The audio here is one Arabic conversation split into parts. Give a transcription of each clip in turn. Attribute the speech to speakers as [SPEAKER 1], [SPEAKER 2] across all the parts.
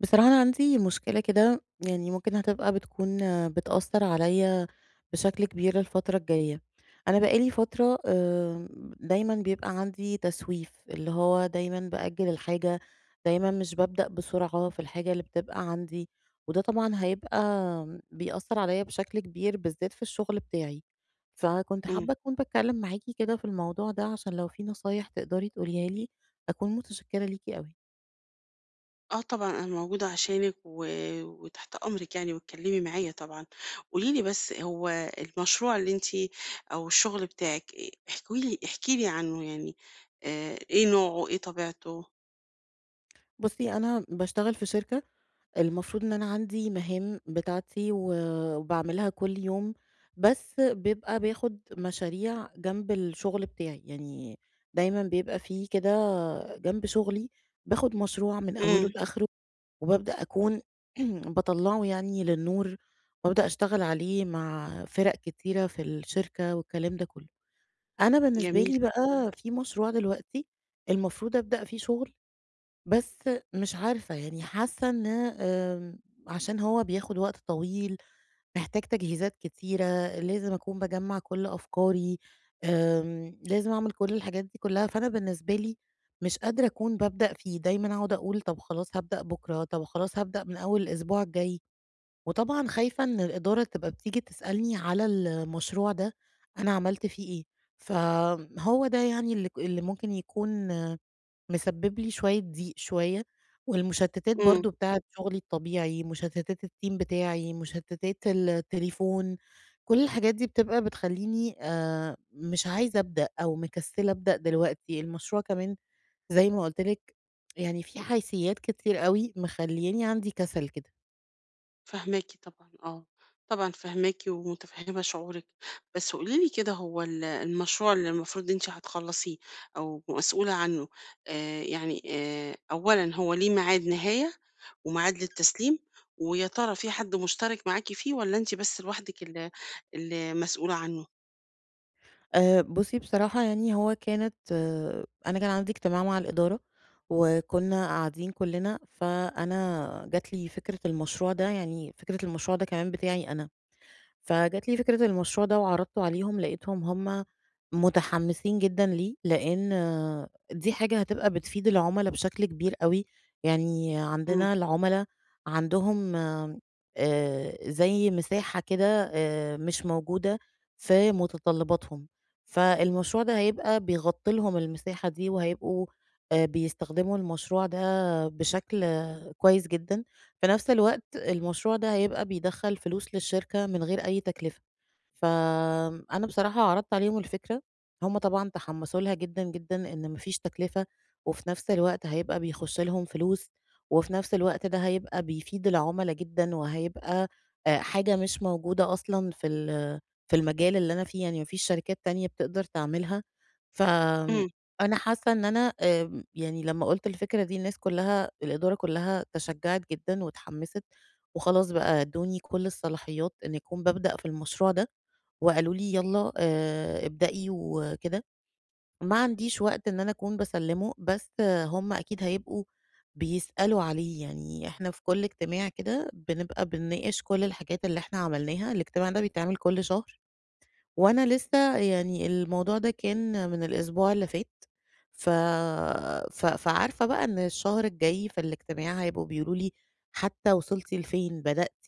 [SPEAKER 1] بصراحة أنا عندي مشكلة كده يعني ممكن هتبقى بتكون بتأثر عليا بشكل كبير الفترة الجاية. أنا بقالي فترة دايما بيبقى عندي تسويف، اللي هو دايما بأجل الحاجة، دايما مش ببدأ بسرعة في الحاجة اللي بتبقى عندي. وده طبعا هيبقى بيأثر عليا بشكل كبير، بالذات في الشغل بتاعي. فكنت
[SPEAKER 2] إمم.
[SPEAKER 1] حابة أكون بتكلم معاكي كده في الموضوع ده، عشان لو في نصايح تقدري تقوليها لي أكون متشكرة ليكي قوي.
[SPEAKER 2] آه، طبعًا، أنا موجودة عشانِك وتحت أمرِك، يعني واتكلّمي معايا طبعًا. قولي لي بس، هو المشروع اللي أنتِ، أو الشغل بتاعِك إيه؟ احكوا لي احكي لي عنه يعني، إيه نوعه، إيه طبيعته؟
[SPEAKER 1] بصي، أنا بشتغل في شركة، المفروض إن أنا عندي مهام بتاعتي وباعملها كل يوم، بس بيبقى باخد مشاريع جنب الشغل بتاعي. يعني دايمًا بيبقى في كده جنب شغلي باخد مشروع من أوله
[SPEAKER 2] إمم.
[SPEAKER 1] لآخره، وبابدأ أكون باطلّعه يعني للنور، وأبدأ أشتغل عليه مع فرق كتيرة في الشركة والكلام ده كله. أنا بالنسبة
[SPEAKER 2] جميل.
[SPEAKER 1] لي بقى في مشروع دلوقتي المفروض أبدأ فيه شغل، بس مش عارفة، يعني حاسة إن عشان هو بياخد وقت طويل، محتاج تجهيزات كتيرة، لازم أكون باجمّع كل أفكاري، لازم أعمل كل الحاجات دي كلها. فأنا بالنسبة لي مش قادرة أكون بابدأ فيه، دايمًا أقعد أقول طب خلاص هابدأ بكرة، طب خلاص هابدأ من أول الأسبوع الجاي. وطبعًا خايفة إن الإدارة تبقى بتيجي تسألني على المشروع ده أنا عملت فيه إيه. فهو ده يعني اللي ممكن يكون مسبب لي شوية ضيق شوية، والمشتتات
[SPEAKER 2] إمم.
[SPEAKER 1] برضه بتاعة شغلي الطبيعي، مشتتات الteam بتاعي، مشتتات التليفون، كل الحاجات دي بتبقى بتخلّيني مش عايزة أبدأ أو مكسلة أبدأ دلوقتي. المشروع كمان زي ما قُلت لِك، يعني في حيثيات كتير أوي مخلّياني عندي كسل كده.
[SPEAKER 2] فاهماكِ طبعًا، طبعًا فاهماكِ ومتفهمة شعورِك. بس قولي لي كده، هو المشروع اللي المفروض أنتِ هتخلصيه، أو مسؤولة عنه، يعني، أولًا، هو ليه ميعاد نهاية وميعاد للتسليم؟ ويا ترى في حد مشترك معاكِ فيه، والّا أنتِ بس لوحدِك اللي مسؤولة عنه؟
[SPEAKER 1] بُصّي، بصراحة يعني هو كانت أه أنا كان عندي اجتماع مع الإدارة، وكنا قاعدين كلّنا، فأنا جات لي فكرة المشروع ده، يعني فكرة المشروع ده كمان بتاعي أنا. فجات لي فكرة المشروع ده وعرضته عليهم، لقيتهم هُم متحمسين جدًا ليه، لإن دي حاجة هتبقى بتفيد العُملا بشكل كبير أوي. يعني
[SPEAKER 2] إمم.
[SPEAKER 1] عندنا العُملا عندهم زي مساحة كده مش موجودة في متطلباتهم، فالمشروع ده هيبقى بيغطي لهم المساحة دي، وهيبقوا بيستخدموا المشروع ده بشكل كويس جدًا. في نفس الوقت المشروع ده هيبقى بيدخّل فلوس للشركة من غير أي تكلفة. فأنا بصراحة عرضت عليهم الفكرة، هُم طبعًا تحمّسوا لها جدًا، جدًا، إن ما فيش تكلفة، وفي نفس الوقت هيبقى بيخُش لهم فلوس، وفي نفس الوقت ده هيبقى بيفيد العُملا جدًا، وهيبقى حاجة مش موجودة أصلًا في المجال اللي أنا فيه، يعني ما فيش شركات تانية بتقدر تعملها. ف
[SPEAKER 2] إمم.
[SPEAKER 1] أنا حاسة إن أنا يعني لمّا قُلت الفكرة دي الناس كلّها الإدارة كلّها تشجّعت جدًا واتحمّست، وخلاص بقى ادّوني كل الصلاحيات إن أكون بابدأ في المشروع ده، وقالوا لي: "يالّا ابدئي." وكده. ما عنديش وقت إن أنا أكون باسلّمه، بس هُم أكيد هيبقوا بيسألوا عليه، يعني إحنا في كل اجتماع كده بنبقى بنناقش كل الحاجات اللي إحنا عملناها، الاجتماع ده بيتعمل كل شهر. وأنا لسه يعني الموضوع ده كان من الأسبوع اللي فات، ف ف فعارفة بقى إن الشهر الجاي في الاجتماع هيبقوا بيقولوا لي: "حتى وصلتِ لفين، بدأتِ،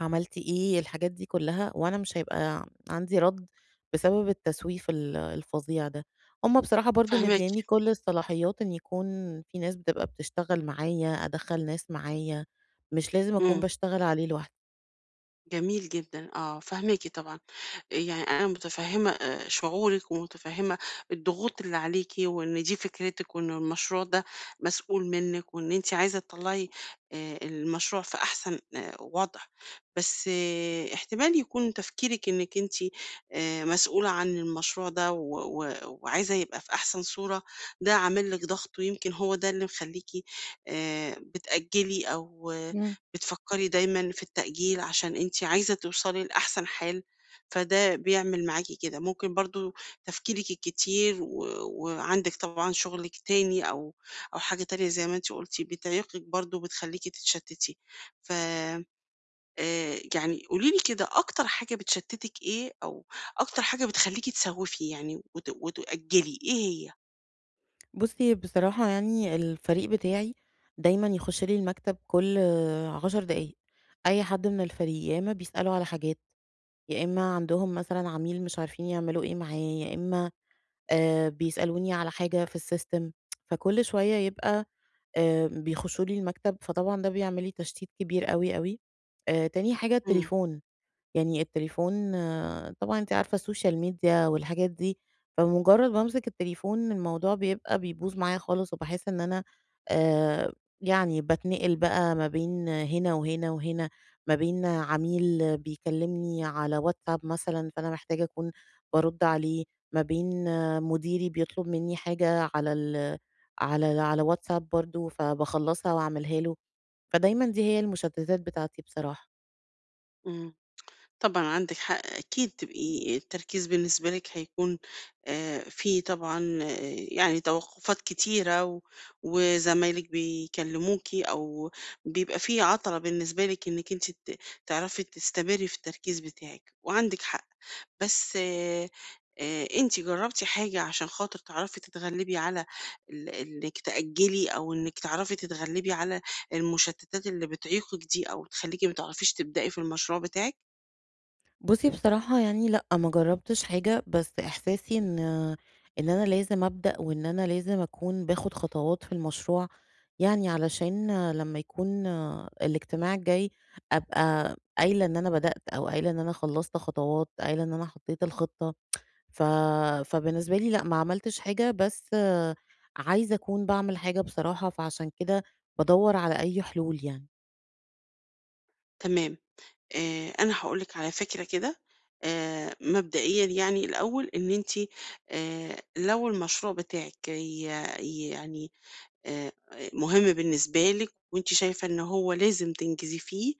[SPEAKER 1] عملتِ إيه؟" الحاجات دي كلها، وأنا مش هيبقى عندي رَد بسبب التسويف الفظيع ده. هُم بصراحة برضه
[SPEAKER 2] فاهماكِ.
[SPEAKER 1] مدّياني كل الصلاحيات إن يكون في ناس بتبقى بتشتغل معايا، أدخّل ناس معايا، مش لازم أكون
[SPEAKER 2] إمم.
[SPEAKER 1] باشتغل عليه
[SPEAKER 2] جميل جدًا. آه، فاهماكِ طبعًا. يعني أنا متفهمة شعورِك، ومتفهمة الضغوط اللي عليكي، وإن دي فكرتك، وإن المشروع ده مسؤول منك، وإن أنت عايزة تطلعي المشروع في أحسن وضع. بس احتمال يكون تفكيرك إنك أنت مسؤولة عن المشروع ده، وعايزة يبقى في أحسن صورة، ده عامل لك ضغط، ويمكن هو ده اللي مخليكي بتأجلي، أو
[SPEAKER 1] لوحدي.
[SPEAKER 2] بتفكري دايما في التأجيل، عشان انت عايزة توصلي لأحسن حال. فده بيعمل معاكِ كده. ممكن برضه تفكيرِك الكتير وعندِك طبعًا شغلِك تاني، أو حاجة تانية زي ما أنتِ قُلتِ، بتعيقِك برضه وبتخلّيكِ تتشتتي. ف يعني قولي لي كده، أكتر حاجة بتشتتِك إيه؟ أو أكتر حاجة بتخلّيكِ تسوّفي يعني وتأجّلي، إيه هي؟
[SPEAKER 1] بُصّي، بصراحة يعني الفريق بتاعي دايمًا يخش لي المكتب كل 10 دقايق، أي حد من الفريق يا إمّا بيسألوا على حاجات، يا إمّا عندهم مثلًا عميل مش عارفين يعملوا إيه معاه، يا إمّا بيسألوني على حاجة في السيستم، فكل شوية يبقى بيخشوا لي المكتب، فطبعًا ده بيعمل لي تشتيت كبير أوي، أوي. تاني حاجة
[SPEAKER 2] إمم.
[SPEAKER 1] التليفون. يعني التليفون آه، طبعًا أنتِ عارفة السوشيال ميديا والحاجات دي، فمجرد بامسك التليفون الموضوع بيبقى بيبوظ معايا خالص، وباحس إن أنا آآ، يعني باتنقل بقى ما بين هنا وهنا وهنا، ما بين عميل بيكلمني على واتساب مثلًا فأنا محتاجة أكون بارُدّ عليه، ما بين آه، مديري بيطلب مني حاجة على ال على على واتساب برضه، فباخلّصها وأعملها له، فدايمًا دي هي المشتتات بتاعتي بصراحة.
[SPEAKER 2] إمم. طبعًا عندِك حق، أكيد تبقي التركيز بالنسبة لِك هيكون في طبعًا، يعني توقُّفات كتيرة وزمايلِك بيكلموكِ، أو بيبقى في عَطَلَة بالنسبة لِك إنِّك أنتِ تعرفي تستمري في التركيز بتاعِك، وعندِك حق. بس أنتِ جرّبتِ حاجة عشان خاطر تعرفي تتغلّبي على إنِّك تأجّلي، أو إنِّك تعرفي تتغلّبي على المشتتات اللي بتعيقِك دي، أو تخلّيكِ ما تعرفيش تبدئي في المشروع بتاعِك؟
[SPEAKER 1] بُصّي بصراحة يعني لأ، ما جرّبتش حاجة، بس إحساسي إن أنا لازم أبدأ وإن أنا لازم أكون باخد خطوات في المشروع، يعني علشان لمّا يكون الاجتماع الجاي أبقى قايلة إن أنا بدأت أو قايلة إن أنا خلّصت خطوات، قايلة إن أنا حطّيت الخطة. ف فبالنسبة لي لأ، ما عملتش حاجة، بس عايزة أكون باعمل حاجة بصراحة، فعشان كده بادوّر على أي حلول يعني.
[SPEAKER 2] تمام. أنا هاقول لِك على فكرة كده، مبدئيًا يعني الأول إن أنتِ، لو المشروع بتاعِك يعني آآ مهم بالنسبة لِك، وأنتِ شايفة إن هو لازم تنجزي فيه،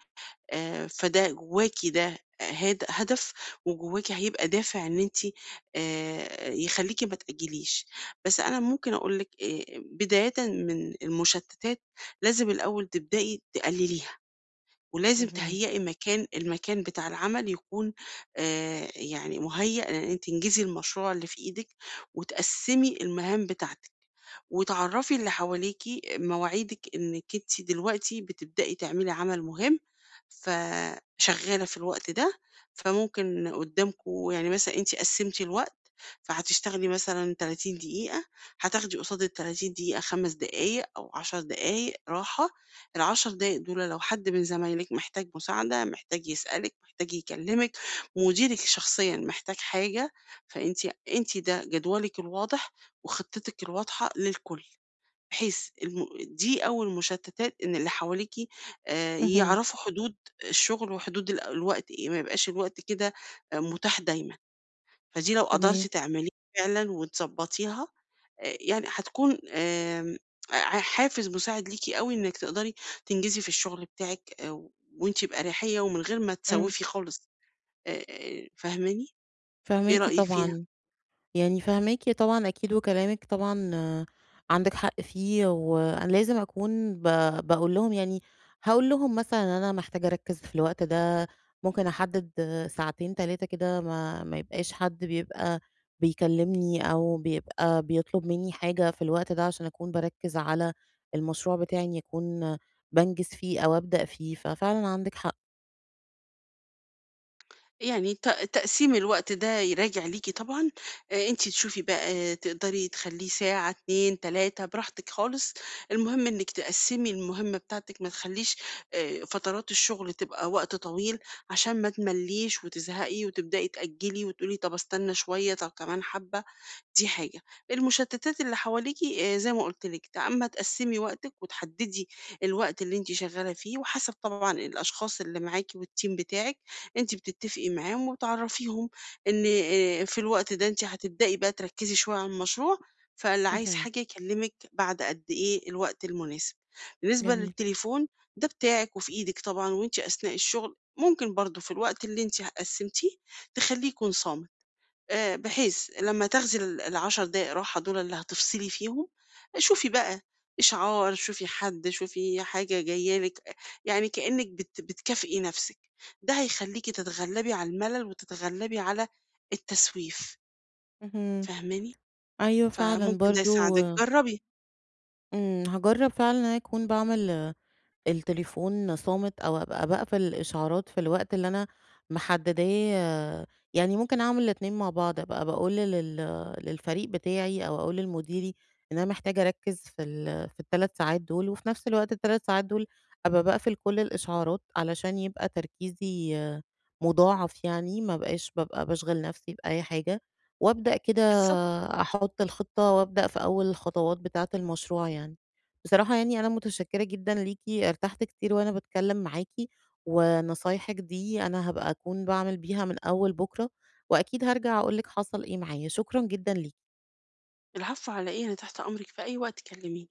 [SPEAKER 2] فده جواكِ، ده هدف، وجواكِ هيبقى دافع إن أنتِ يخلّيكِ ما تأجّليش. بس أنا ممكن أقول لِك بدايةً من المشتتات، لازم الأول تبدئي تقلليها. ولازم
[SPEAKER 1] اهم،
[SPEAKER 2] تهيئي المكان بتاع العمل، يكون يعني مُهيأ إن أنتِ تنجزي المشروع اللي في إيدِك، وتقسّمي المهام بتاعتِك. وتعرّفي اللي حواليكِ مواعيدِك، إنِّك أنتِ دلوقتي بتبدئي تعملي عمل مهم، فشغّالة في الوقت ده. فممكن قدّامكم يعني، مثلًا أنتِ قسّمتِ الوقت، فهتشتغلي مثلًا 30 دقيقة، هتاخدي قصاد ال30 دقيقة 5 دقايق أو 10 دقايق راحة. ال10 دقايق دول، لو حد من زمايلِك محتاج مساعدة، محتاج يسألِك، محتاج يكلمِك، مديرِك شخصيًا محتاج حاجة، فأنتِ ده جدولِك الواضح وخطتِك الواضحة للكل، بحيث دي أول مشتتات، إن اللي حواليكِ
[SPEAKER 1] اهم،
[SPEAKER 2] يعرفوا حدود الشغل، وحدود الوقت إيه، ما يبقاش الوقت كده متاح دايمًا. فدي لو قدرتِ
[SPEAKER 1] تمام،
[SPEAKER 2] تعمليها فعلًا وتضبطيها، يعني هتكون ع حافز مساعد ليكِ أوي، إنِّك تقدري تنجزي في الشغل بتاعِك، وأنتِ بأريحية ومن غير ما
[SPEAKER 1] إمم،
[SPEAKER 2] تسوِّفي خالص. فاهماني؟ إيه
[SPEAKER 1] فاهماكِ
[SPEAKER 2] رأيِك فيها؟
[SPEAKER 1] طبعًا. يعني فاهماكِ طبعًا أكيد، وكلامِك طبعًا عندِك حق فيه. وأنا لازم أكون باقول لهم، يعني هاقول لهم مثلًا إن أنا محتاجة أركّز في الوقت ده، ممكن أحدد ساعتين 3 كده، ما يبقاش حد بيبقى بيكلمني أو بيبقى بيطلب مني حاجة في الوقت ده، عشان أكون باركّز على المشروع بتاعي، إني أكون بانجز فيه أو أبدأ فيه. ففعلًا عندِك حق.
[SPEAKER 2] يعني تقسيم الوقت ده يراجع ليكِ طبعًا. أنتِ تشوفي بقى، تقدري تخلّيه ساعة، 2، 3، براحتِك خالص. المهم إنِّك تقسّمي المهمة بتاعتِك، ما تخلّيش فترات الشغل تبقى وقت طويل، عشان ما تملّيش وتزهقي وتبدئي تأجّلي، وتقولي طَب أستنى شوية، طَب كمان حبّة. دي حاجة. المشتتات اللي حواليكِ، زي ما قُلت لِك، أمّا تقسّمي وقتِك وتحدّدي الوقت اللي أنتِ شغّالة فيه، وحسب طبعًا الأشخاص اللي معاكِ والteam بتاعِك، أنتِ بتتّفقي معاهم وتعرّفيهم إن في الوقت ده أنتِ هتبدئي بقى تركّزي شوية على المشروع، فاللي
[SPEAKER 1] اهم.
[SPEAKER 2] عايز
[SPEAKER 1] اهم.
[SPEAKER 2] حاجة يكلّمِك بعد قد إيه الوقت المناسب. بالنسبة
[SPEAKER 1] جميل.
[SPEAKER 2] للتليفون، ده بتاعِك وفي إيدِك طبعًا، وأنتِ أثناء الشغل، ممكن برضه في الوقت اللي أنتِ قسّمتيه، تخلّيه يكون صامت. بحيث لمّا تاخدي ال10 دقايق راحة دول اللي هتفصلي فيهم، شوفي بقى إشعار، شوفي حد، شوفي حاجة جاية لِك، يعني كإنِّك بتكافئي نَفْسِك. ده هيخلّيكِ تتغلّبي على الملل، وتتغلّبي على التسويف.
[SPEAKER 1] اهم.
[SPEAKER 2] فاهماني؟
[SPEAKER 1] أيوه فعلًا
[SPEAKER 2] فممكن ده
[SPEAKER 1] برضه.
[SPEAKER 2] يساعدِك، جرّبي.
[SPEAKER 1] إمم، هاجرّب فعلًا إن أنا أكون باعمل التليفون صامت أو أبقى باقفل الإشعارات في الوقت اللي أنا محدّداه. يعني ممكن أعمل الاتنين مع بعض، أبقى باقول للفريق بتاعي أو أقول لمديري إن أنا محتاجة أركّز في ال3 ساعات دول، وفي نفس الوقت ال3 ساعات دول أبقى باقفل كل الإشعارات، علشان يبقى تركيزي مُضاعف يعني، ما أبقاش بابقى باشغل نفسي بأي حاجة، وأبدأ كده
[SPEAKER 2] بالضبط.
[SPEAKER 1] أحُط الخطة وأبدأ في أول الخطوات بتاعة المشروع يعني. بصراحة يعني أنا متشكرة جدًا ليكِ، ارتحت كتير وأنا باتكلم معاكِ، ونصايحِك دي أنا هابقى أكون باعمل بيها من أول بكرة، وأكيد هارجع أقول لِك حصل إيه معايا، شكرًا جدًا ليكِ.
[SPEAKER 2] العفو على إيه، أنا تحت أمرِك في أي وقت، كلّميني.